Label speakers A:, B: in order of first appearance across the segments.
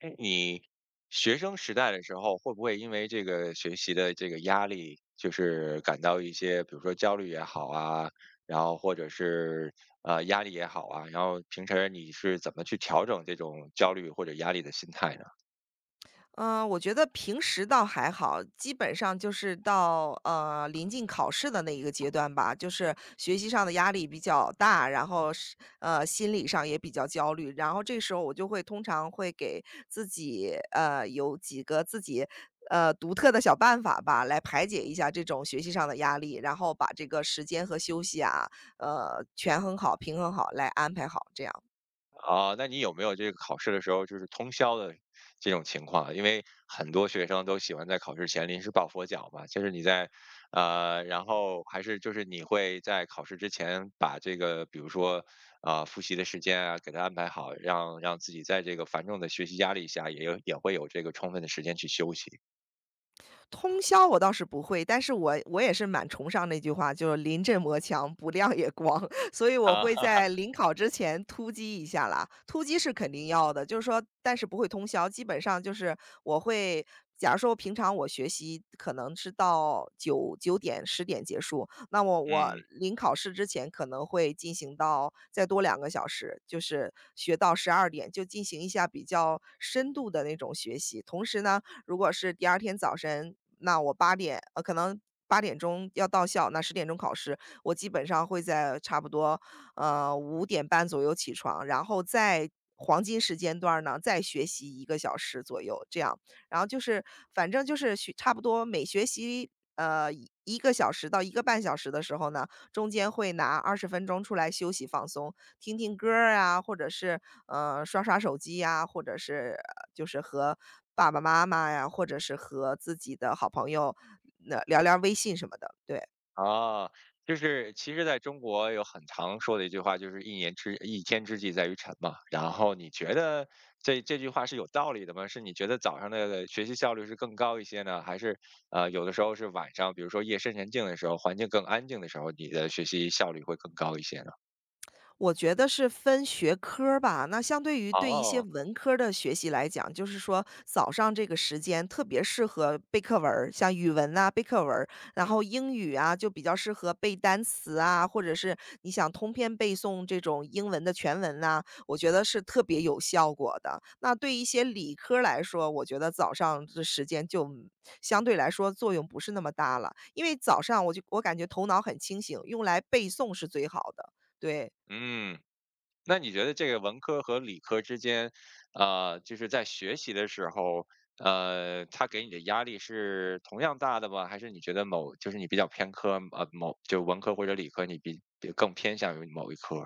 A: 哎，你学生时代的时候，会不会因为这个学习的这个压力，就是感到一些，比如说焦虑也好啊，然后或者是压力也好啊，然后平时你是怎么去调整这种焦虑或者压力的心态呢？
B: 我觉得平时倒还好，基本上就是到临近考试的那一个阶段吧，就是学习上的压力比较大，然后是心理上也比较焦虑，然后这时候我通常会给自己有几个自己独特的小办法吧，来排解一下这种学习上的压力，然后把这个时间和休息啊权衡好、平衡好，来安排好这样。
A: 啊，那你有没有这个考试的时候就是通宵的这种情况啊？因为很多学生都喜欢在考试前临时抱佛脚嘛，就是你在，然后还是就是你会在考试之前把这个，比如说啊、复习的时间啊，给他安排好，让自己在这个繁重的学习压力下也有也会有这个充分的时间去休息
B: 通宵我倒是不会，但是我也是蛮崇尚那句话，就是"临阵磨枪，不亮也光"。所以我
A: 啊，
B: 会 在临考之前突击一下啦。突击是肯定要的，就是说但是不会通宵，基本上就是我会假如说平常我学习可能是到九点、十点结束，那么我
A: 嗯。
B: 临考试之前可能会进行到再多2个小时，就是学到12点，就进行一下比较深度的那种学习。同时呢，如果是第二天早晨，那我可能8点钟要到校，那10点钟考试，我基本上会在差不多，5点半左右起床，然后在黄金时间段儿呢，再学习一个小时左右，这样。然后就是反正就是差不多每学习，一个小时到一个半小时的时候呢，中间会拿20分钟出来休息放松，听听歌儿啊，或者是，刷刷手机呀，或者是就是和爸爸妈妈呀，或者是和自己的好朋友，那聊聊微信什么的，对。
A: 啊，就是其实在中国有很常说的一句话，就是一年之一天之计在于晨嘛。然后你觉得这句话是有道理的吗？是你觉得早上的学习效率是更高一些呢，还是有的时候是晚上，比如说夜深人静的时候，环境更安静的时候，你的学习效率会更高一些呢？
B: 我觉得是分学科儿吧。那相对于对一些
A: 哦，
B: 文科儿的学习来讲，就是说早上这个时间特别适合背课文儿像语文呐、背课文儿然后英语啊就比较适合背单词啊，或者是你想通篇背诵这种英文的全文呐、我觉得是特别有效果的。那对一些理科儿来说，我觉得早上的时间就相对来说作用不是那么大了，因为早上我我感觉头脑很清醒，用来背诵是最好的。对，
A: 嗯。那你觉得这个文科和理科之间，就是在学习的时候，他给你的压力是同样大的吗？还是你觉得某就是你比较偏科，某就文科或者理科，你比更偏向于某一科？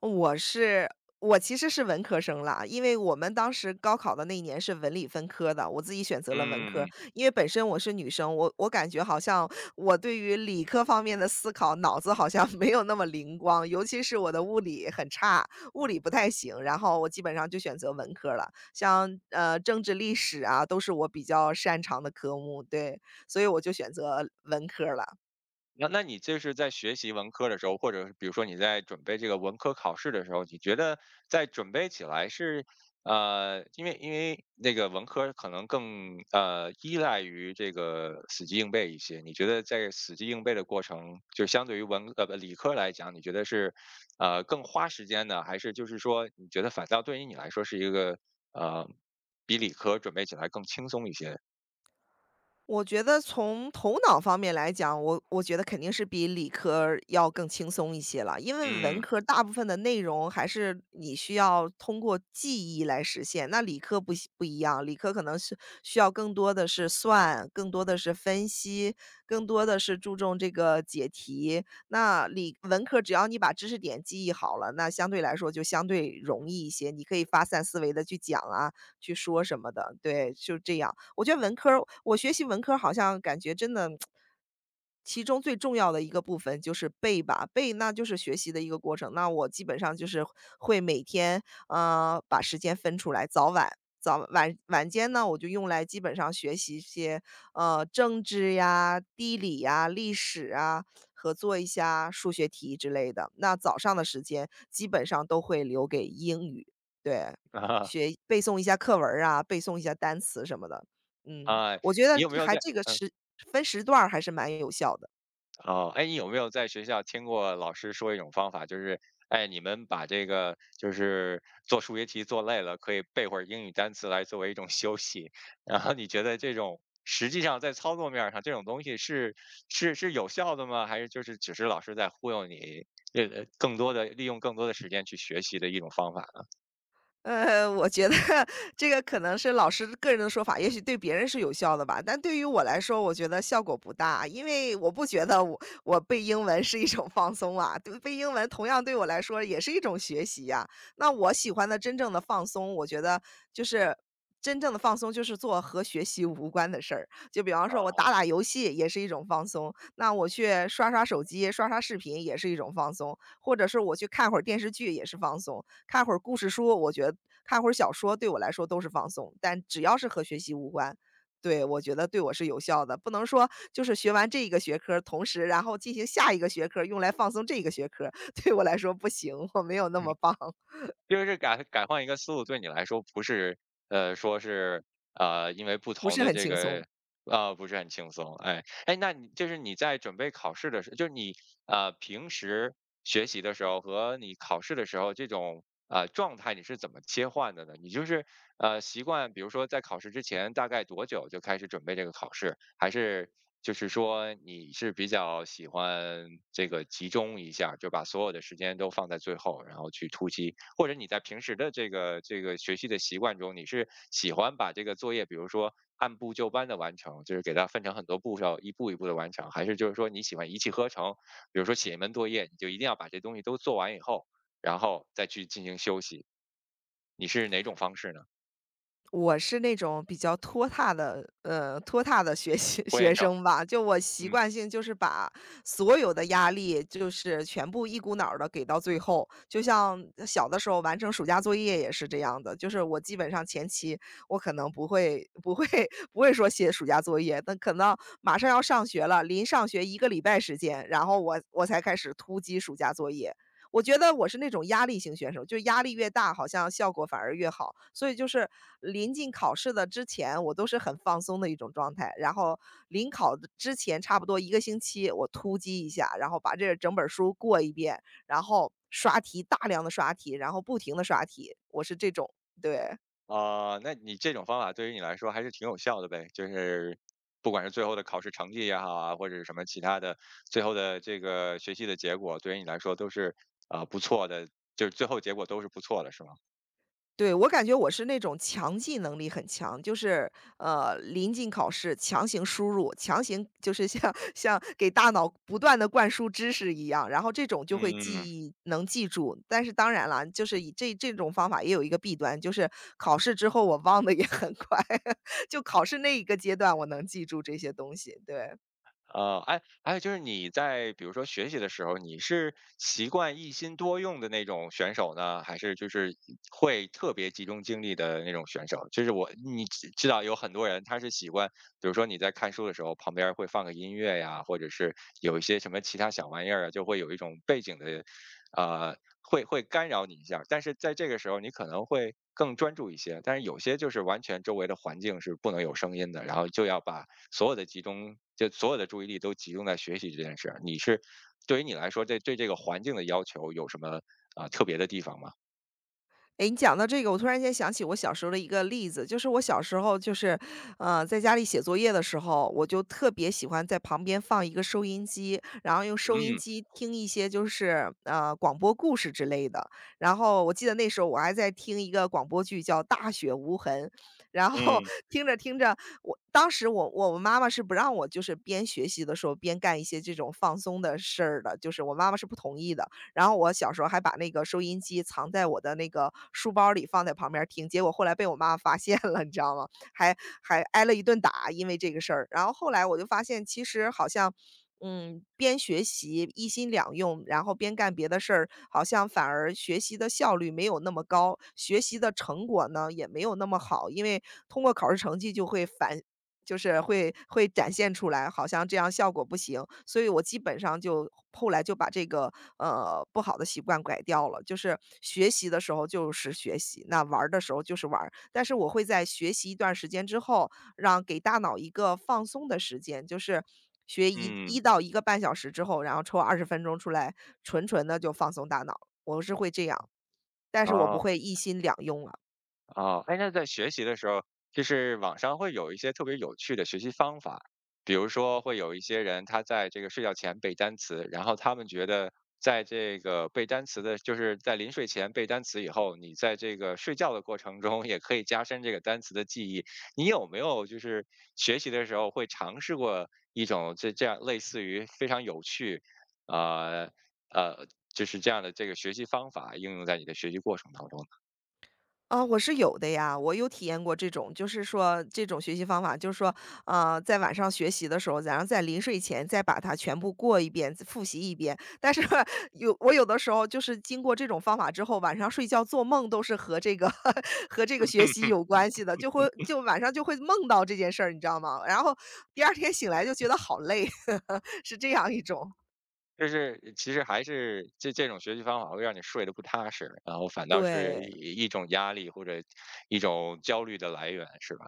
B: 我是我其实是文科生啦，因为我们当时高考的那一年是文理分科的，我自己选择了文
A: 嗯
B: 科，
A: 嗯。
B: 因为本身我是女生，我感觉好像我对于理科方面的思考，脑子好像 没有那么灵光，尤其是我的物理很差，物理不太行，然后我基本上就选择文科了，像政治、历史啊，都是我比较擅长的科目，对，所以我就选择文科了。
A: 那那你这是在学习文科的时候，或者是比如说你在准备这个文科考试的时候，你觉得在准备起来是，呃，因为因为那个文科可能更依赖于这个死记硬背一些，你觉得在死记硬背的过程，就相对于文不理科来讲，你觉得是更花时间呢，还是就是说你觉得反倒对于你来说是一个呃比理科准备起来更轻松一些？
B: 我觉得从头脑方面来讲，我觉得肯定是比理科儿要更轻松一些了，因为文
A: 嗯。
B: 科儿大部分的内容还是你需要通过记忆来实现，那理科不一样，理科可能是需要更多的是算，更多的是分析，更多的是注重这个解题。那理文科只要你把知识点记忆好了，那相对来说就相对容易一些，你可以发散思维的去讲啊，去说什么的，对，就这样。我觉得文科儿我学习文科儿好像感觉真的其中最重要的一个部分就是背吧，背那就是学习的一个过程。那我基本上就是会每天，把时间分出来，早晚早晚晚间呢，我就用来基本上学习一些，政治呀、地理呀、历史啊，和做一下数学题之类的。那早上的时间基本上都会留给英语，对。
A: 啊。
B: 学背诵一下课文儿啊，背诵一下单词什么的。
A: 啊，
B: 我觉
A: 你
B: 得
A: 有没有
B: 还
A: 在？
B: 这个时分时段儿还是蛮有效的。
A: 哦，哎，你有没有在学校听过老师说一种方法，就是，哎，你们把这个就是做数学题做累了，可以背会儿英语单词来作为一种休息。然后你觉得这种实际上在操作面儿上这种东西是是有效的吗？还是就是只是老师在忽悠你，更多的利用更多的时间去学习的一种方法呢？
B: 我觉得 这个可能是老师个人的说法，也许对别人是有效的吧，但对于我来说，我觉得效果不大，因为我不觉得我背英文是一种放松啊，对，背英文同样对我来说也是一种学习呀。那我喜欢的真正的放松，我觉得就是真正的放松就是做和学习无关的事儿，就比方说我
A: 啊？
B: 打打游戏也是一种放松，那我去刷刷手机、刷刷视频也是一种放松，或者是我去看会儿电视剧也是放松。看会儿故事书，我觉得看会儿小说对我来说都是放松，但只要是和学习无关，对，我觉得对我是有效的。不能说就是学完这一个学科儿同时然后进行下一个学科儿用来放松这个学科儿 对我来说不行，我没有那么棒，
A: 就是改换一个思路，对你来说不是，呃，说是，呃，因为不
B: 不
A: 同
B: 是
A: 的
B: 很
A: 这
B: 轻松。
A: 个，呃，不是很轻松。哎，哎，那你就是你在准备考试的时候，就是你平时学习的时候和你考试的时候这种状态，你是怎么切换的呢？你就是习惯，比如说在考试之前大概多久就开始准备这个考试，还是就是说你是比较喜欢这个集中一下，就把所有的时间都放在最后，然后去突击或者你在平时的这个学习的习惯中，你是喜欢把这个作业，比如说按部就班的完成，就是给它分成很多步骤，一步一步的完成，还是就是说你喜欢一气呵成？比如说写一门作业，你就一定要把这东西都做完以后，然后再去进行休息，你是哪种方式呢？
B: 我是那种比较拖沓的，拖沓的学习
A: 拖
B: 学
A: 延症，
B: 生吧，就我习
A: 嗯。
B: 惯性就是把所有的压力就是全部一股脑儿的给到最后，就像小的时候完成暑假作业也是这样的，就是我基本上前期我可能不会不会 不会说写暑假作业，但可能马上要上学了，临上学一个礼拜时间，然后我才开始突击暑假作业，我觉得我是那种压力型选手，就压力越大，好像效果反而越好。所以就是临近考试的之前，我都是很放松的一种状态，然后临考的之前差不多一个星期，我突击一下，然后把这整本儿书过一遍，然后刷题，大量的刷题，然后不停的刷题，我是这种，对。
A: 啊，那你这种方法对于你来说还是挺有效的呗，就是不管是最后的考试成绩也好啊，或者是什么其他的，最后的这个学习的结果，对于你来说都是啊、不错的，就是最后结果都是不错的，是吗？
B: 对，我感觉我是那种强记能力很强，就是临近考试强行输入，强行就是像 像给大脑不断的灌输知识一样，然后这种就会记
A: 嗯，
B: 忆能记住。但是当然啦，就是以这种方法也有一个弊端，就是考试之后我忘的也很快，就考试那一个阶段我能记住这些东西，对。
A: 呃，哎，还有就是你在比如说学习的时候，你是习惯一心多用的那种选手呢，还是就是会特别集中精力的那种选手？就是我你知道有很多人他是习惯，比如说你在看书的时候，旁边儿会放个音乐呀，或者是有一些什么其他小玩意儿啊，就会有一种背景的，呃，会干扰你一下儿但是在这个时候，你可能会更专注一些。但是有些就是完全周围的环境是不能有声音的，然后就要把所有的集中，就所有的注意力都集中在学习这件事儿。你是对于你来说，这对这个环境的要求有什么啊、特别的地方吗？
B: 哎，你讲到这个，我突然间想起我小时候的一个例子，就是我小时候就是，在家里写作业的时候，我就特别喜欢在旁边放一个收音机，然后用收音
A: 嗯
B: 机听一些就是，广播故事之类的。然后我记得那时候我还在听一个广播剧叫《大雪无痕》，然后
A: 嗯
B: 听着听着，我当时我妈妈是不让我就是边学习的时候边干一些这种放松的事儿的，就是我妈妈是不同意的。然后我小时候还把那个收音机藏在我的那个书包里，放在旁边儿听，结果后来被我妈发现了，你知道吗？还还挨了一顿打，因为这个事儿。然后后来我就发现，其实好像，边学习一心两用，然后边干别的事儿，好像反而学习的效率没有那么高，学习的成果呢也没有那么好，因为通过考试成绩就会就是会展现出来，好像这样效果不行，所以我基本上就后来就把这个，不好的习惯改掉了。就是学习的时候就是学习，那玩儿的时候就是玩儿，但是我会在学习一段时间之后，让给大脑一个放松的时间，就是学一
A: 嗯，
B: 到一个半小时之后，然后抽二十分钟出来，纯纯的就放松大脑，我是会这样，但是我不
A: 哦。
B: 会一心两用了。
A: 哦，哎，那在学习的时候，就是网上会有一些特别有趣的学习方法，比如说会有一些人他在这个睡觉前背单词，然后他们觉得在这个背单词的，就是在临睡前背单词以后，你在这个睡觉的过程中也可以加深这个单词的记忆。你有没有就是学习的时候会尝试过一种这这样类似于非常有趣，呃呃，就是这样的这个学习方法应用在你的学习过程当中呢？
B: 啊，我是有的呀，我有体验过这种，就是说这种学习方法，就是说，在晚上学习的时候，然后在临睡前再把它全部过一遍，复习一遍。但是 我有的时候就是经过这种方法之后，晚上睡觉做梦都是和这个 和这个学习 有关系的，就会就晚上就会梦到这件事儿，你知道吗？然后第二天醒来就觉得好累，是这样一种。
A: 就是其实还是这这种学习方法会让你睡得不踏实，然后反倒是
B: 对，
A: 一种压力或者一种焦虑的来源，是吧？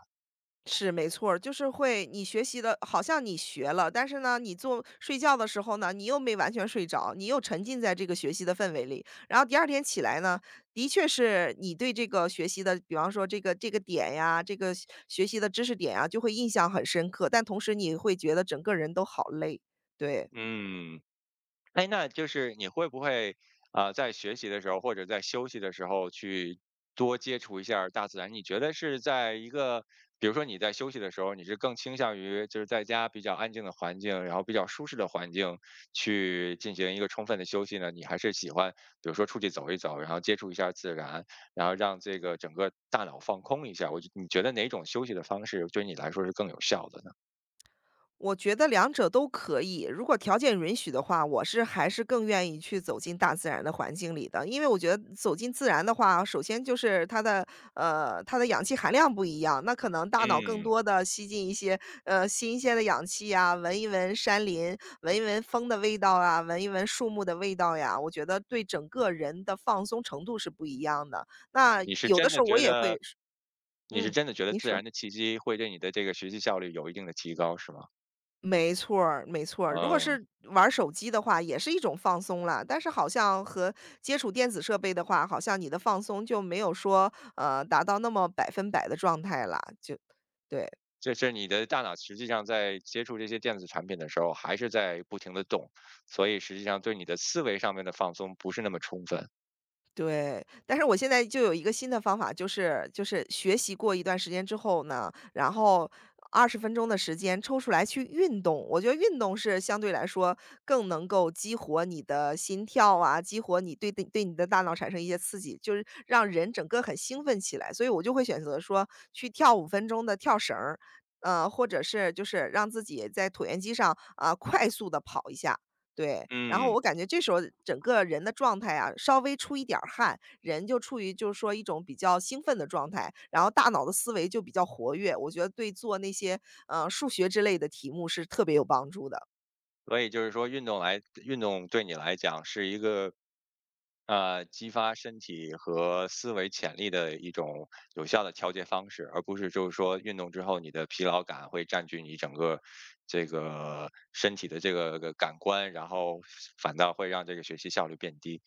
B: 是，没错儿就是会你学习的好像你学了，但是呢，你做睡觉的时候呢，你又没完全睡着，你又沉浸在这个学习的氛围里。然后第二天起来呢，的确是你对这个学习的，比方说这个点呀，这个学习的知识点呀，就会印象很深刻，但同时你会觉得整个人都好累，对。
A: 嗯。哎，那就是你会不会啊、在学习的时候或者在休息的时候去多接触一下儿大自然？你觉得是在一个，比如说你在休息的时候，你是更倾向于就是在家比较安静的环境，然后比较舒适的环境去进行一个充分的休息呢？你还是喜欢比如说出去走一走，然后接触一下自然，然后让这个整个大脑放空一下？我就你觉得哪种休息的方式对你来说是更有效的呢？
B: 我觉得两者都可以，如果条件允许的话，我是还是更愿意去走进大自然的环境里的。因为我觉得走进自然的话，首先就是它的它的氧气含量不一样，那可能大脑更
A: 嗯，
B: 多的吸进一些新鲜的氧气呀，闻一闻山林，闻一闻风的味道啊，闻一闻树木的味道呀，我觉得对整个人的放松程度是不一样的。那
A: 你是
B: 有的
A: 真
B: 时
A: 的
B: 候我
A: 觉
B: 也
A: 得
B: 会，
A: 你是
B: 嗯，
A: 真的觉得
B: 你
A: 自
B: 说。
A: 然的气息会对你的这个学习效率有一定的提高，是吗？
B: 没错儿，没错儿。如果
A: 嗯，
B: 是玩儿手机的话，也是一种放松了。但是好像和接触电子设备的话，好像你的放松就没有说，达到那么100%的状态啦，就对。
A: 这是你的大脑实际上在接触这些电子产品的时候，还是在不停的动，所以实际上对你的思维上面的放松不是那么充分。
B: 对，但是我现在就有一个新的方法，就是学习过一段时间之后呢，然后二十分钟的时间抽出来去运动。我觉得运动是相对来说更能够激活你的心跳啊，激活你对你的大脑产生一些刺激，就是让人整个很兴奋起来。所以我就会选择说去跳五分钟的跳绳儿，或者是就是让自己在椭圆机上啊，快速的跑一下。对，然后
A: 嗯，
B: 我感觉这时候整个人的状态啊，稍微出一点儿汗，人就处于就是说一种比较兴奋的状态，然后大脑的思维就比较活跃，我觉得对做那些，数学之类的题目是特别有帮助的。
A: 所以就是说运动对你来讲是一个激发身体和思维潜力的一种有效的调节方式，而不是就是说运动之后你的疲劳感会占据你整个这个身体的这个感官，然后反倒会让这个学习效率变低。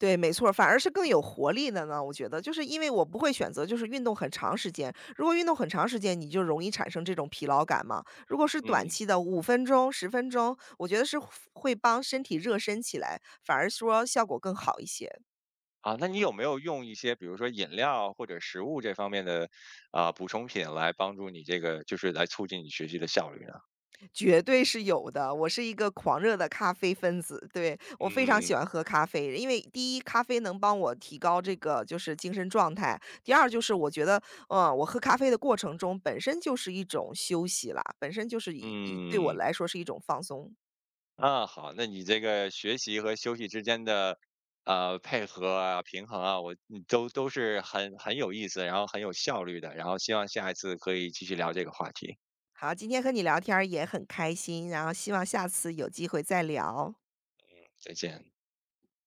B: 对，没错反而是更有活力的呢，我觉得。就是因为我不会选择就是运动很长时间，如果运动很长时间，你就容易产生这种疲劳感嘛。如果是短
A: 嗯，
B: 期的五分钟、十分钟，我觉得是会帮身体热身起来，反而说效果更好一些。
A: 啊，那你有没有用一些比如说饮料或者食物这方面的啊、补充品来帮助你这个就是来促进你学习的效率呢？
B: 绝对是有的，我是一个狂热的咖啡分子，对，我非常
A: 嗯
B: 喜欢喝咖啡，因为第一，咖啡能帮我提高这个就是精神状态；第二，就是我觉得，嗯，我喝咖啡的过程中本身就是一种休息啦，本身就是一对我
A: 嗯。
B: 来说是一种放松。
A: 啊，好，那你这个学习和休息之间的，呃，配合啊、平衡啊，你都都是很很有意思，然后很有效率的，然后希望下一次可以继续聊这个话题，
B: 好，今天和你聊天儿也很开心，然后希望下次有机会再聊。
A: 再见。